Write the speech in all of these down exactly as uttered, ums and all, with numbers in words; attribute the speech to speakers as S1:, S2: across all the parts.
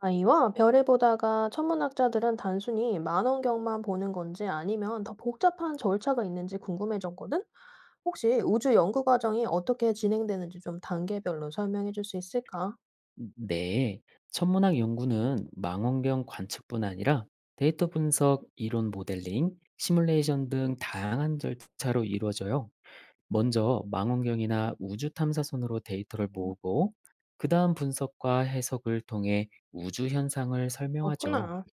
S1: 아이와 별을 보다가 천문학자들은 단순히 망원경만 보는 건지 아니면 더 복잡한 절차가 있는지 궁금해졌거든? 혹시 우주 연구 과정이 어떻게 진행되는지 좀 단계별로 설명해 줄 수 있을까?
S2: 네, 천문학 연구는 망원경 관측뿐 아니라 데이터 분석, 이론 모델링, 시뮬레이션 등 다양한 절차로 이루어져요. 먼저 망원경이나 우주 탐사선으로 데이터를
S1: 음,
S2: 모으고, 그 다음 분석과 해석을 통해 우주 현상을 설명하죠.
S1: 그렇구나.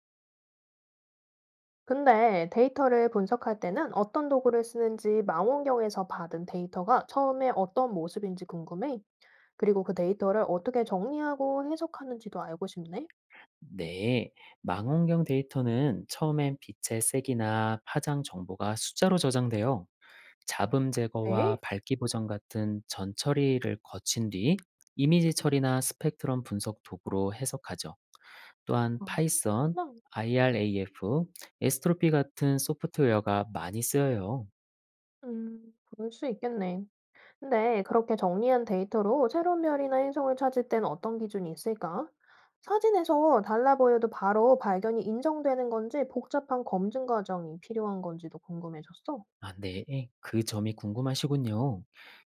S1: 근데 데이터를 분석할 때는 어떤 도구를 쓰는지 망원경에서 받은 데이터가 처음에 어떤 모습인지 궁금해. 그리고 그 데이터를 어떻게 정리하고 해석하는지도 알고 싶네.
S2: 네, 망원경 데이터는 처음엔 빛의 색이나 파장 정보가 숫자로 저장돼요. 잡음 제거와
S1: 네.
S2: 밝기 보정 같은 전 처리를 거친 뒤 이미지 처리나 스펙트럼 분석 도구로 해석하죠. 또한
S1: 어,
S2: 파이썬,
S1: 나,
S2: 아이라프, 에스트로피 같은 소프트웨어가 많이 쓰여요.
S1: 음, 그럴 수 있겠네. 근데 그렇게 정리한 데이터로 새로운 별이나 행성을 찾을 땐 어떤 기준이 있을까? 사진에서 달라 보여도 바로 발견이 인정되는 건지 복잡한 검증 과정이 필요한 건지도 궁금해졌어.
S2: 아, 네. 예, 그 점이 궁금하시군요.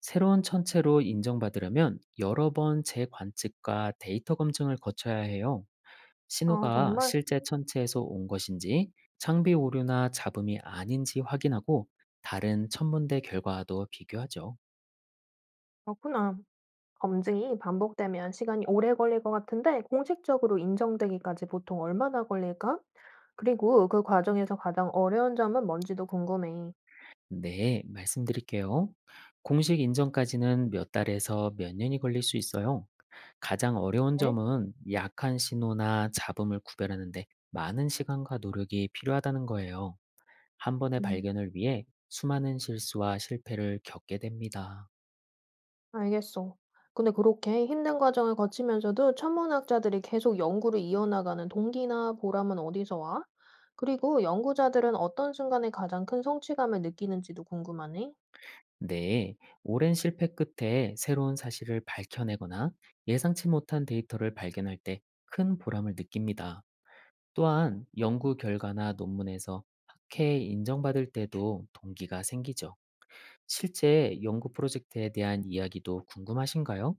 S2: 새로운 천체로 인정받으려면 여러 번 재관측과 데이터 검증을 거쳐야 해요.
S1: 아,
S2: 신호가
S1: 정말
S2: 실제 천체에서 온 것인지 창비 오류나 잡음이 아닌지 확인하고 다른 천문대 결과와도 비교하죠.
S1: 그렇구나. 검증이 반복되면 시간이 오래 걸릴 것 같은데 공식적으로 인정되기까지 보통 얼마나 걸릴까? 그리고 그 과정에서 가장 어려운 점은 뭔지도 궁금해.
S2: 네, 말씀드릴게요. 공식 인정까지는 몇 달에서 몇 년이 걸릴 수 있어요. 가장 어려운
S1: 네?
S2: 점은 약한 신호나 잡음을 구별하는데 많은 시간과 노력이 필요하다는 거예요. 한 번의
S1: 음.
S2: 발견을 위해 수많은 실수와 실패를 겪게 됩니다.
S1: 알겠어. 근데 그렇게 힘든 과정을 거치면서도 천문학자들이 계속 연구를 이어나가는 동기나 보람은 어디서 와? 그리고 연구자들은 어떤 순간에 가장 큰 성취감을 느끼는지도 궁금하네.
S2: 네, 오랜 실패 끝에 새로운 사실을 밝혀내거나 예상치 못한 데이터를 발견할 때 큰 보람을 느낍니다. 또한 연구 결과나 논문에서 학회에 인정받을 때도 동기가 생기죠. 실제 연구 프로젝트에 대한 이야기도 궁금하신가요?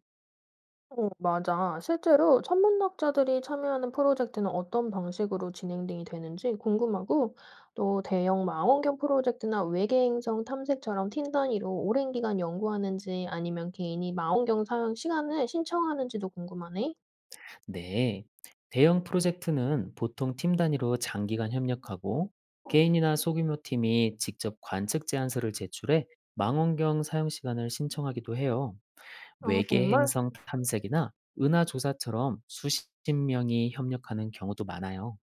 S1: 어, 맞아. 실제로 천문학자들이 참여하는 프로젝트는 어떤 방식으로 진행이 되는지 궁금하고, 또 대형 망원경 프로젝트나 외계 행성 탐색처럼 팀 단위로 오랜 기간 연구하는지 아니면 개인이 망원경 사용 시간을 신청하는지도 궁금하네.
S2: 네, 대형 프로젝트는 보통 팀 단위로 장기간 협력하고 개인이나 소규모 팀이 직접 관측 제안서를 제출해 망원경 사용 시간을 신청하기도 해요.
S1: 아,
S2: 외계
S1: 정말?
S2: 행성 탐색이나 은하 조사처럼 수십 명이 협력하는 경우도 많아요.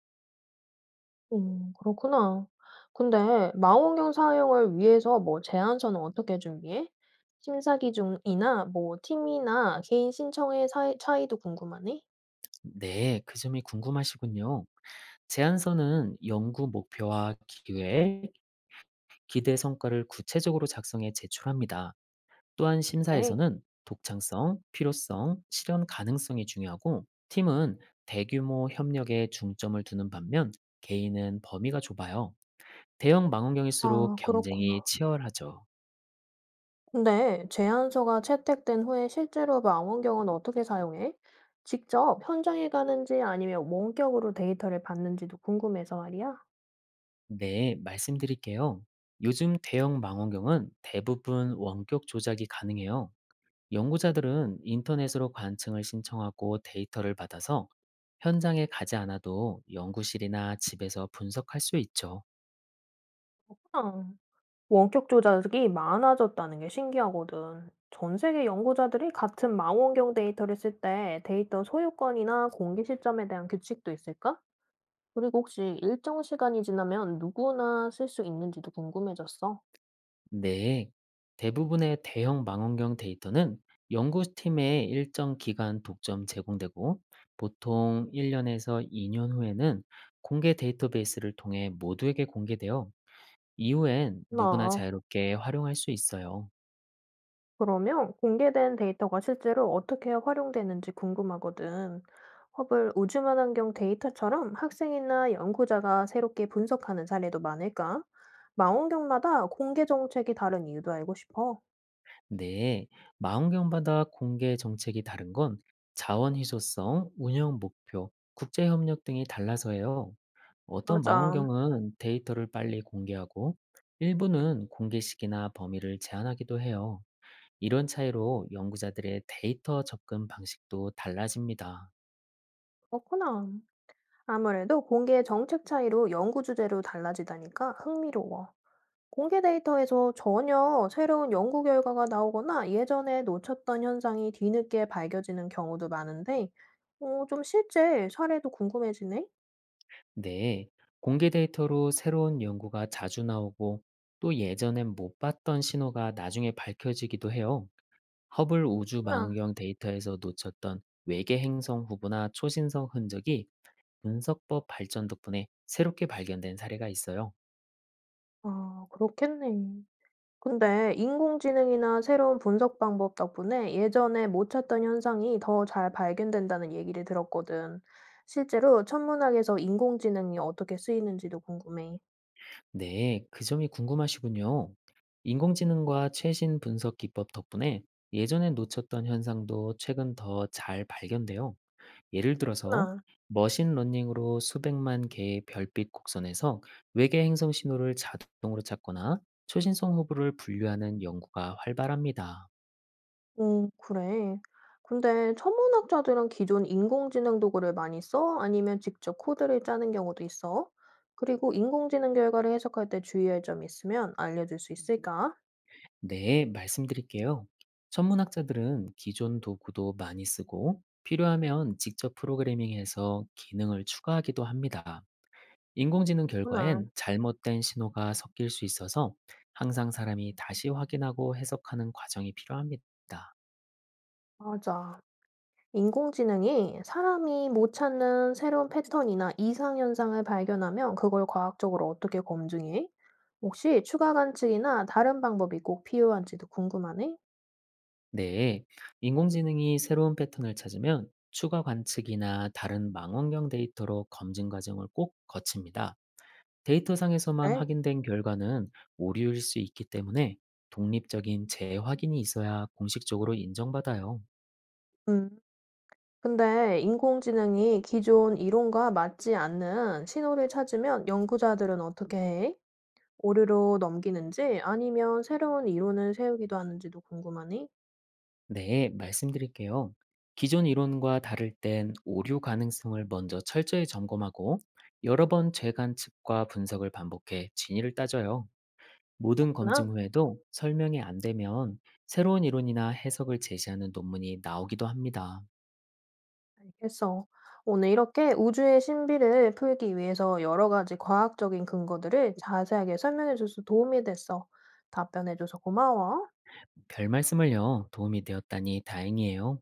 S1: 음, 그렇구나. 근데 망원경 사용을 위해서 뭐 제안서는 어떻게 준비해? 심사 기준이나 뭐 팀이나 개인 신청의 사이 차이도 궁금하네.
S2: 네, 그 점이 궁금하시군요. 제안서는 연구 목표와 기획, 기대 성과를 구체적으로 작성해 제출합니다. 또한
S1: 네.
S2: 심사에서는 독창성, 필요성, 실현 가능성이 중요하고 팀은 대규모 협력에 중점을 두는 반면 개인은 범위가 좁아요. 대형 망원경일수록
S1: 아, 그렇구나.
S2: 경쟁이 치열하죠.
S1: 근데 제안서가 채택된 후에 실제로 망원경은 어떻게 사용해? 직접 현장에 가는지 아니면 원격으로 데이터를 받는지도 궁금해서 말이야.
S2: 네, 말씀드릴게요. 요즘 대형 망원경은 대부분 원격 조작이 가능해요. 연구자들은 인터넷으로 관측을 신청하고 데이터를 받아서 현장에 가지 않아도 연구실이나 집에서 분석할 수 있죠.
S1: 아. 원격 조작이 많아졌다는 게 신기하거든. 전 세계 연구자들이 같은 망원경 데이터를 쓸 때 데이터 소유권이나 공개 시점에 대한 규칙도 있을까? 그리고 혹시 일정 시간이 지나면 누구나 쓸 수 있는지도 궁금해졌어.
S2: 네, 대부분의 대형 망원경 데이터는 연구팀의 일정 기간 독점 제공되고 보통 일 년에서 이 년 후에는 공개 데이터베이스를 통해 모두에게 공개되어 이후엔 누구나
S1: 나
S2: 자유롭게 활용할 수 있어요.
S1: 그러면 공개된 데이터가 실제로 어떻게 활용되는지 궁금하거든. 허블 우주만원경 데이터처럼 학생이나 연구자가 새롭게 분석하는 사례도 많을까? 망원경마다 공개 정책이 다른 이유도 알고 싶어.
S2: 네, 망원경마다 공개 정책이 다른 건 자원 희소성, 운영 목표, 국제 협력 등이 달라서예요. 어떤
S1: 맞아.
S2: 망원경은 데이터를 빨리 공개하고 일부는 공개 시기나 범위를 제한하기도 해요. 이런 차이로 연구자들의 데이터 접근 방식도 달라집니다.
S1: 그렇구나. 아무래도 공개 정책 차이로 연구 주제로 달라지다니까 흥미로워. 공개 데이터에서 전혀 새로운 연구 결과가 나오거나 예전에 놓쳤던 현상이 뒤늦게 밝혀지는 경우도 많은데, 어, 좀 실제 사례도 궁금해지네?
S2: 네, 공개 데이터로 새로운 연구가 자주 나오고 또 예전엔 못 봤던 신호가 나중에 밝혀지기도 해요. 허블 우주
S1: 구나.
S2: 망원경 데이터에서 놓쳤던 외계 행성 후보나 초신성 흔적이 분석법 발전 덕분에 새롭게 발견된 사례가 있어요.
S1: 아, 그렇겠네. 근데 인공지능이나 새로운 분석 방법 덕분에 예전에 못 찾던 현상이 더 잘 발견된다는 얘기를 들었거든. 실제로 천문학에서 인공지능이 어떻게 쓰이는지도 궁금해.
S2: 네, 그 점이 궁금하시군요. 인공지능과 최신 분석 기법 덕분에 예전에 놓쳤던 현상도 최근 더 잘 발견돼요. 예를 들어서
S1: 나,
S2: 머신러닝으로 수백만 개의 별빛 곡선에서 외계 행성 신호를 자동으로 찾거나 초신성 호부를 분류하는 연구가 활발합니다.
S1: 음, 그래. 근데 천문학자들은 기존 인공지능 도구를 많이 써? 아니면 직접 코드를 짜는 경우도 있어? 그리고 인공지능 결과를 해석할 때 주의할 점이 있으면 알려줄 수 있을까?
S2: 네, 말씀드릴게요. 천문학자들은 기존 도구도 많이 쓰고 필요하면 직접 프로그래밍해서 기능을 추가하기도 합니다. 인공지능
S1: 구나.
S2: 결과엔 잘못된 신호가 섞일 수 있어서 항상 사람이 다시 확인하고 해석하는 과정이 필요합니다.
S1: 맞아. 인공지능이 사람이 못 찾는 새로운 패턴이나 이상현상을 발견하면 그걸 과학적으로 어떻게 검증해? 혹시 추가 관측이나 다른 방법이 꼭 필요한지도 궁금하네?
S2: 네, 인공지능이 새로운 패턴을 찾으면 추가 관측이나 다른 망원경 데이터로 검증 과정을 꼭 거칩니다. 데이터상에서만
S1: 네.
S2: 확인된 결과는 오류일 수 있기 때문에 독립적인 재확인이 있어야 공식적으로 인정받아요.
S1: 음. 근데 인공지능이 기존 이론과 맞지 않는 신호를 찾으면 연구자들은 어떻게 해? 오류로 넘기는지 아니면 새로운 이론을 세우기도 하는지도 궁금하네?
S2: 네, 말씀드릴게요. 기존 이론과 다를 땐 오류 가능성을 먼저 철저히 점검하고 여러 번 재관측과 분석을 반복해 진위를 따져요. 모든 검증 후에도 설명이 안 되면 새로운 이론이나 해석을 제시하는 논문이 나오기도 합니다.
S1: 알겠어. 오늘 이렇게 우주의 신비를 풀기 위해서 여러 가지 과학적인 근거들을 자세하게 설명해줘서 도움이 됐어. 답변해줘서 고마워.
S2: 별 말씀을요. 도움이 되었다니 다행이에요.